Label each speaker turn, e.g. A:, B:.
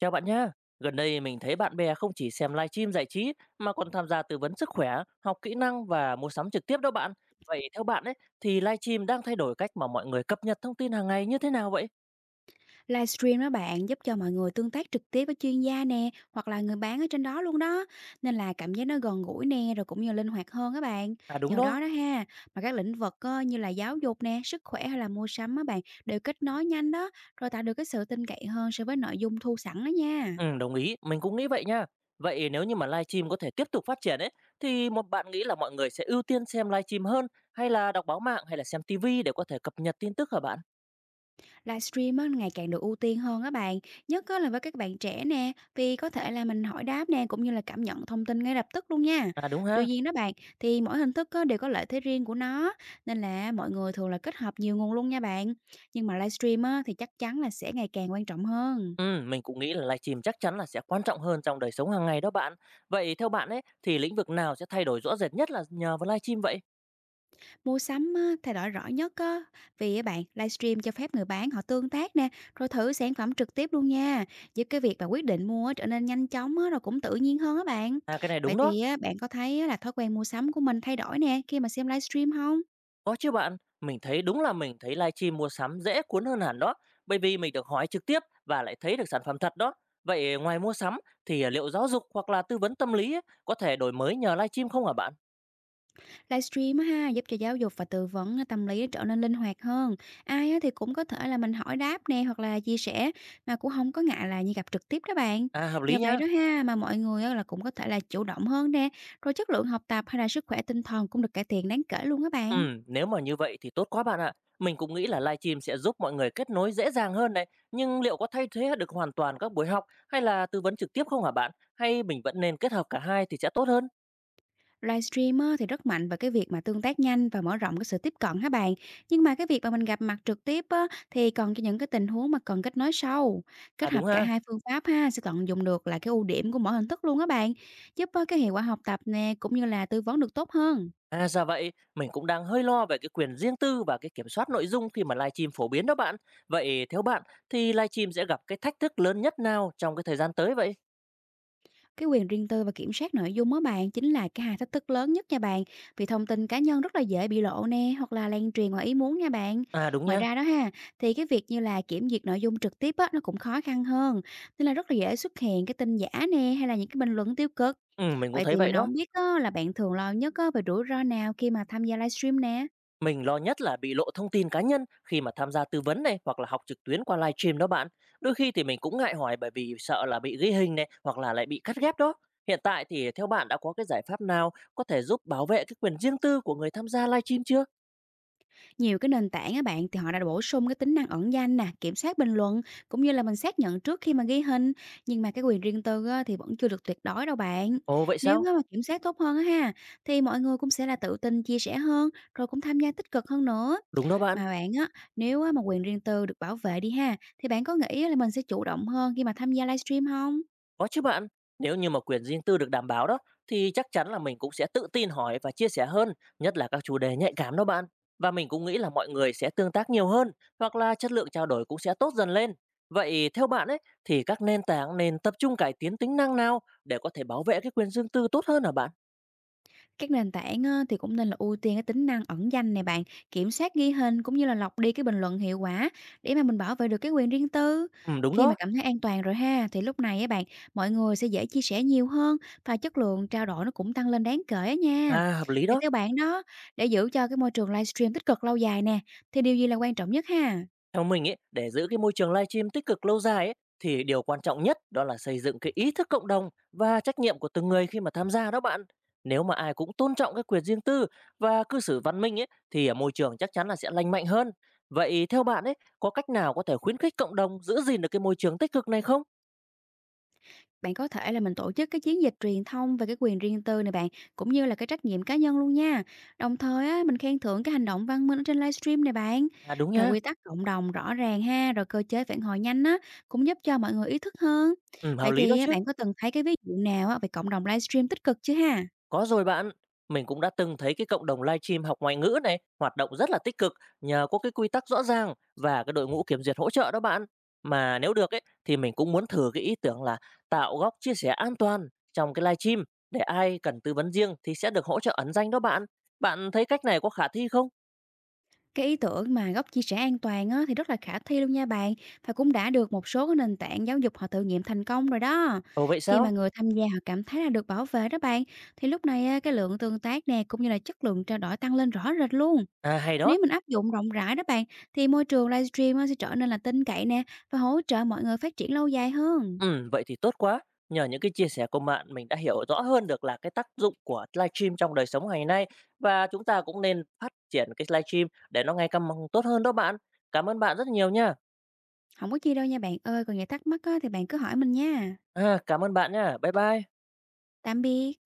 A: Chào bạn nhé. Gần đây mình thấy bạn bè không chỉ xem livestream giải trí mà còn tham gia tư vấn sức khỏe, học kỹ năng và mua sắm trực tiếp đó bạn. Vậy theo bạn ấy thì livestream đang thay đổi cách mà mọi người cập nhật thông tin hàng ngày như thế nào vậy?
B: Livestream đó bạn, giúp cho mọi người tương tác trực tiếp với chuyên gia nè, hoặc là người bán ở trên đó luôn đó. Nên là cảm giác nó gần gũi nè, rồi cũng như linh hoạt hơn các bạn.
A: À đúng
B: Nhờ
A: đó.
B: đó đó ha, mà các lĩnh vực như là giáo dục nè, sức khỏe hay là mua sắm á bạn, đều kết nối nhanh đó, rồi tạo được cái sự tin cậy hơn so với nội dung thu sẵn đó nha.
A: Ừ, đồng ý, mình cũng nghĩ vậy nha. Vậy nếu như mà livestream có thể tiếp tục phát triển ấy thì một bạn nghĩ là mọi người sẽ ưu tiên xem livestream hơn hay là đọc báo mạng hay là xem tivi để có thể cập nhật tin tức hả bạn?
B: Livestream á, ngày càng được ưu tiên hơn á bạn, nhất á là với các bạn trẻ nè, vì có thể là mình hỏi đáp nè, cũng như là cảm nhận thông tin ngay lập tức luôn nha.
A: À đúng ha.
B: Tuy nhiên đó bạn, thì mỗi hình thức á, đều có lợi thế riêng của nó, nên là mọi người thường là kết hợp nhiều nguồn luôn nha bạn. Nhưng mà livestream á, thì chắc chắn là sẽ ngày càng quan trọng hơn.
A: Mình cũng nghĩ là livestream chắc chắn là sẽ quan trọng hơn trong đời sống hàng ngày đó bạn. Vậy theo bạn ấy thì lĩnh vực nào sẽ thay đổi rõ rệt nhất là nhờ vào livestream vậy?
B: Mua sắm á, thay đổi rõ nhất á, vì á bạn, livestream cho phép người bán họ tương tác nè, rồi thử sản phẩm trực tiếp luôn nha. Giúp cái việc bạn quyết định mua á, trở nên nhanh chóng á, rồi cũng tự nhiên hơn á bạn.
A: À cái này đúng
B: Vậy
A: đó,
B: thì á, bạn có thấy á, là thói quen mua sắm của mình thay đổi nè khi mà xem livestream không?
A: có chứ bạn. Mình thấy đúng là mình thấy livestream mua sắm dễ cuốn hơn hẳn đó, bởi vì mình được hỏi trực tiếp và lại thấy được sản phẩm thật đó. Vậy ngoài mua sắm thì liệu giáo dục hoặc là tư vấn tâm lý ấy, có thể đổi mới nhờ livestream không hả bạn?
B: Livestream á ha, giúp cho giáo dục và tư vấn tâm lý trở nên linh hoạt hơn. Ai á thì cũng có thể là mình hỏi đáp nè, hoặc là chia sẻ mà cũng không có ngại là như gặp trực tiếp đó bạn.
A: À hợp lý
B: Nhờ vậy
A: nhá.
B: đó ha, mà mọi người á, là cũng có thể là chủ động hơn nè, rồi chất lượng học tập hay là sức khỏe tinh thần cũng được cải thiện đáng kể luôn á bạn.
A: Nếu mà như vậy thì tốt quá bạn ạ. Mình cũng nghĩ là livestream sẽ giúp mọi người kết nối dễ dàng hơn đấy. Nhưng liệu có thay thế được hoàn toàn các buổi học hay là tư vấn trực tiếp không hả bạn? Hay mình vẫn nên kết hợp cả hai thì sẽ tốt hơn?
B: Livestream á, thì rất mạnh vào cái việc mà tương tác nhanh và mở rộng cái sự tiếp cận hả bạn. Nhưng mà cái việc mà mình gặp mặt trực tiếp á, thì còn cho những cái tình huống mà cần kết nối sâu.
A: À
B: Kết
A: đúng
B: hợp cả
A: ha.
B: hai phương pháp ha, sẽ tận dụng được là cái ưu điểm của mỗi hình thức luôn á bạn. Giúp cái hiệu quả học tập nè, cũng như là tư vấn được tốt hơn.
A: À ra vậy, mình cũng đang hơi lo về cái quyền riêng tư và cái kiểm soát nội dung khi mà livestream phổ biến đó bạn. Vậy theo bạn thì livestream sẽ gặp cái thách thức lớn nhất nào trong cái thời gian tới vậy?
B: Cái quyền riêng tư và kiểm soát nội dung á bạn, chính là cái hai thách thức lớn nhất nha bạn. Vì thông tin cá nhân rất là dễ bị lộ nè, hoặc là lan truyền ngoài ý muốn nha bạn.
A: À đúng
B: Ngoài
A: nha.
B: ra đó ha, thì cái việc như là kiểm duyệt nội dung trực tiếp á, nó cũng khó khăn hơn. Nên là rất là dễ xuất hiện cái tin giả nè, hay là những cái bình luận tiêu cực.
A: Ừ, mình cũng
B: Vậy
A: thấy
B: thì
A: vậy
B: mình
A: đó.
B: không biết á, là bạn thường lo nhất á, về rủi ro nào khi mà tham gia livestream nè.
A: Mình lo nhất là bị lộ thông tin cá nhân khi mà tham gia tư vấn này hoặc là học trực tuyến qua livestream đó bạn. Đôi khi thì mình cũng ngại hỏi bởi vì sợ là bị ghi hình này hoặc là lại bị cắt ghép đó. Hiện tại thì theo bạn đã có cái giải pháp nào có thể giúp bảo vệ cái quyền riêng tư của người tham gia livestream chưa?
B: Nhiều cái nền tảng á bạn, thì họ đã bổ sung cái tính năng ẩn danh nè, kiểm soát bình luận, cũng như là mình xác nhận trước khi mà ghi hình, nhưng mà cái quyền riêng tư á, thì vẫn chưa được tuyệt đối đâu bạn.
A: Ồ vậy
B: Nếu
A: sao?
B: mà kiểm soát tốt hơn á ha, thì mọi người cũng sẽ là tự tin chia sẻ hơn, rồi cũng tham gia tích cực hơn nữa.
A: Đúng đó bạn.
B: Mà bạn á, nếu á, mà quyền riêng tư được bảo vệ đi ha, thì bạn có nghĩ là mình sẽ chủ động hơn khi mà tham gia livestream không?
A: Có chứ bạn, nếu như mà quyền riêng tư được đảm bảo đó thì chắc chắn là mình cũng sẽ tự tin hỏi và chia sẻ hơn, nhất là các chủ đề nhạy cảm đó bạn. Và mình cũng nghĩ là mọi người sẽ tương tác nhiều hơn hoặc là chất lượng trao đổi cũng sẽ tốt dần lên. Vậy theo bạn ấy thì các nền tảng nên tập trung cải tiến tính năng nào để có thể bảo vệ cái quyền riêng tư tốt hơn hả bạn?
B: Các nền tảng á, thì cũng nên là ưu tiên cái tính năng ẩn danh này bạn, kiểm soát ghi hình, cũng như là lọc đi cái bình luận hiệu quả để mà mình bảo vệ được cái quyền riêng tư.
A: Ừ đúng
B: Khi mà
A: đó.
B: cảm thấy an toàn rồi ha, thì lúc này á bạn, mọi người sẽ dễ chia sẻ nhiều hơn và chất lượng trao đổi nó cũng tăng lên đáng kể á nha.
A: À hợp lý
B: Vậy
A: đó.
B: theo bạn đó, để giữ cho cái môi trường livestream tích cực lâu dài nè, thì điều gì là quan trọng nhất ha?
A: Theo mình ấy, để giữ cái môi trường livestream tích cực lâu dài ấy, thì điều quan trọng nhất đó là xây dựng cái ý thức cộng đồng và trách nhiệm của từng người khi mà tham gia đó bạn. Nếu mà ai cũng tôn trọng cái quyền riêng tư và cư xử văn minh ấy, thì ở môi trường chắc chắn là sẽ lành mạnh hơn. Vậy theo bạn ấy, có cách nào có thể khuyến khích cộng đồng giữ gìn được cái môi trường tích cực này không?
B: Bạn có thể là mình tổ chức cái chiến dịch truyền thông về cái quyền riêng tư này bạn, cũng như là cái trách nhiệm cá nhân luôn nha. Đồng thời á, mình khen thưởng cái hành động văn minh ở trên livestream này bạn.
A: À đúng
B: Rồi
A: nha,
B: quy tắc cộng đồng rõ ràng ha, rồi cơ chế phản hồi nhanh á, cũng giúp cho mọi người ý thức hơn.
A: ừ, hợp
B: Vậy
A: lý đó
B: thì á,
A: chứ.
B: bạn có từng thấy cái ví dụ nào á, về cộng đồng livestream tích cực chưa ha?
A: Có rồi bạn, mình cũng đã từng thấy cái cộng đồng livestream học ngoại ngữ này hoạt động rất là tích cực nhờ có cái quy tắc rõ ràng và cái đội ngũ kiểm duyệt hỗ trợ đó bạn. Mà nếu được ấy thì mình cũng muốn thử cái ý tưởng là tạo góc chia sẻ an toàn trong cái livestream để ai cần tư vấn riêng thì sẽ được hỗ trợ ẩn danh đó bạn. Bạn thấy cách này có khả thi không?
B: Cái ý tưởng mà góc chia sẻ an toàn á, thì rất là khả thi luôn nha bạn, và cũng đã được một số cái nền tảng giáo dục họ thử nghiệm thành công rồi đó.
A: Ồ vậy
B: Khi
A: sao?
B: mà người tham gia họ cảm thấy là được bảo vệ đó bạn, thì lúc này á, cái lượng tương tác nè, cũng như là chất lượng trao đổi tăng lên rõ rệt luôn.
A: À hay đó.
B: Nếu mình áp dụng rộng rãi đó bạn, thì môi trường livestream á, sẽ trở nên là tin cậy nè, và hỗ trợ mọi người phát triển lâu dài hơn.
A: Vậy thì tốt quá. Nhờ những cái chia sẻ của bạn, mình đã hiểu rõ hơn được là cái tác dụng của livestream trong đời sống ngày nay và chúng ta cũng nên phát triển cái livestream để nó ngày càng tốt hơn đó bạn. Cảm ơn bạn rất nhiều nha.
B: Không có chi đâu nha bạn ơi, còn gì thắc mắc á, thì bạn cứ hỏi mình nha.
A: À, cảm ơn bạn nha. Bye bye.
B: Tạm biệt.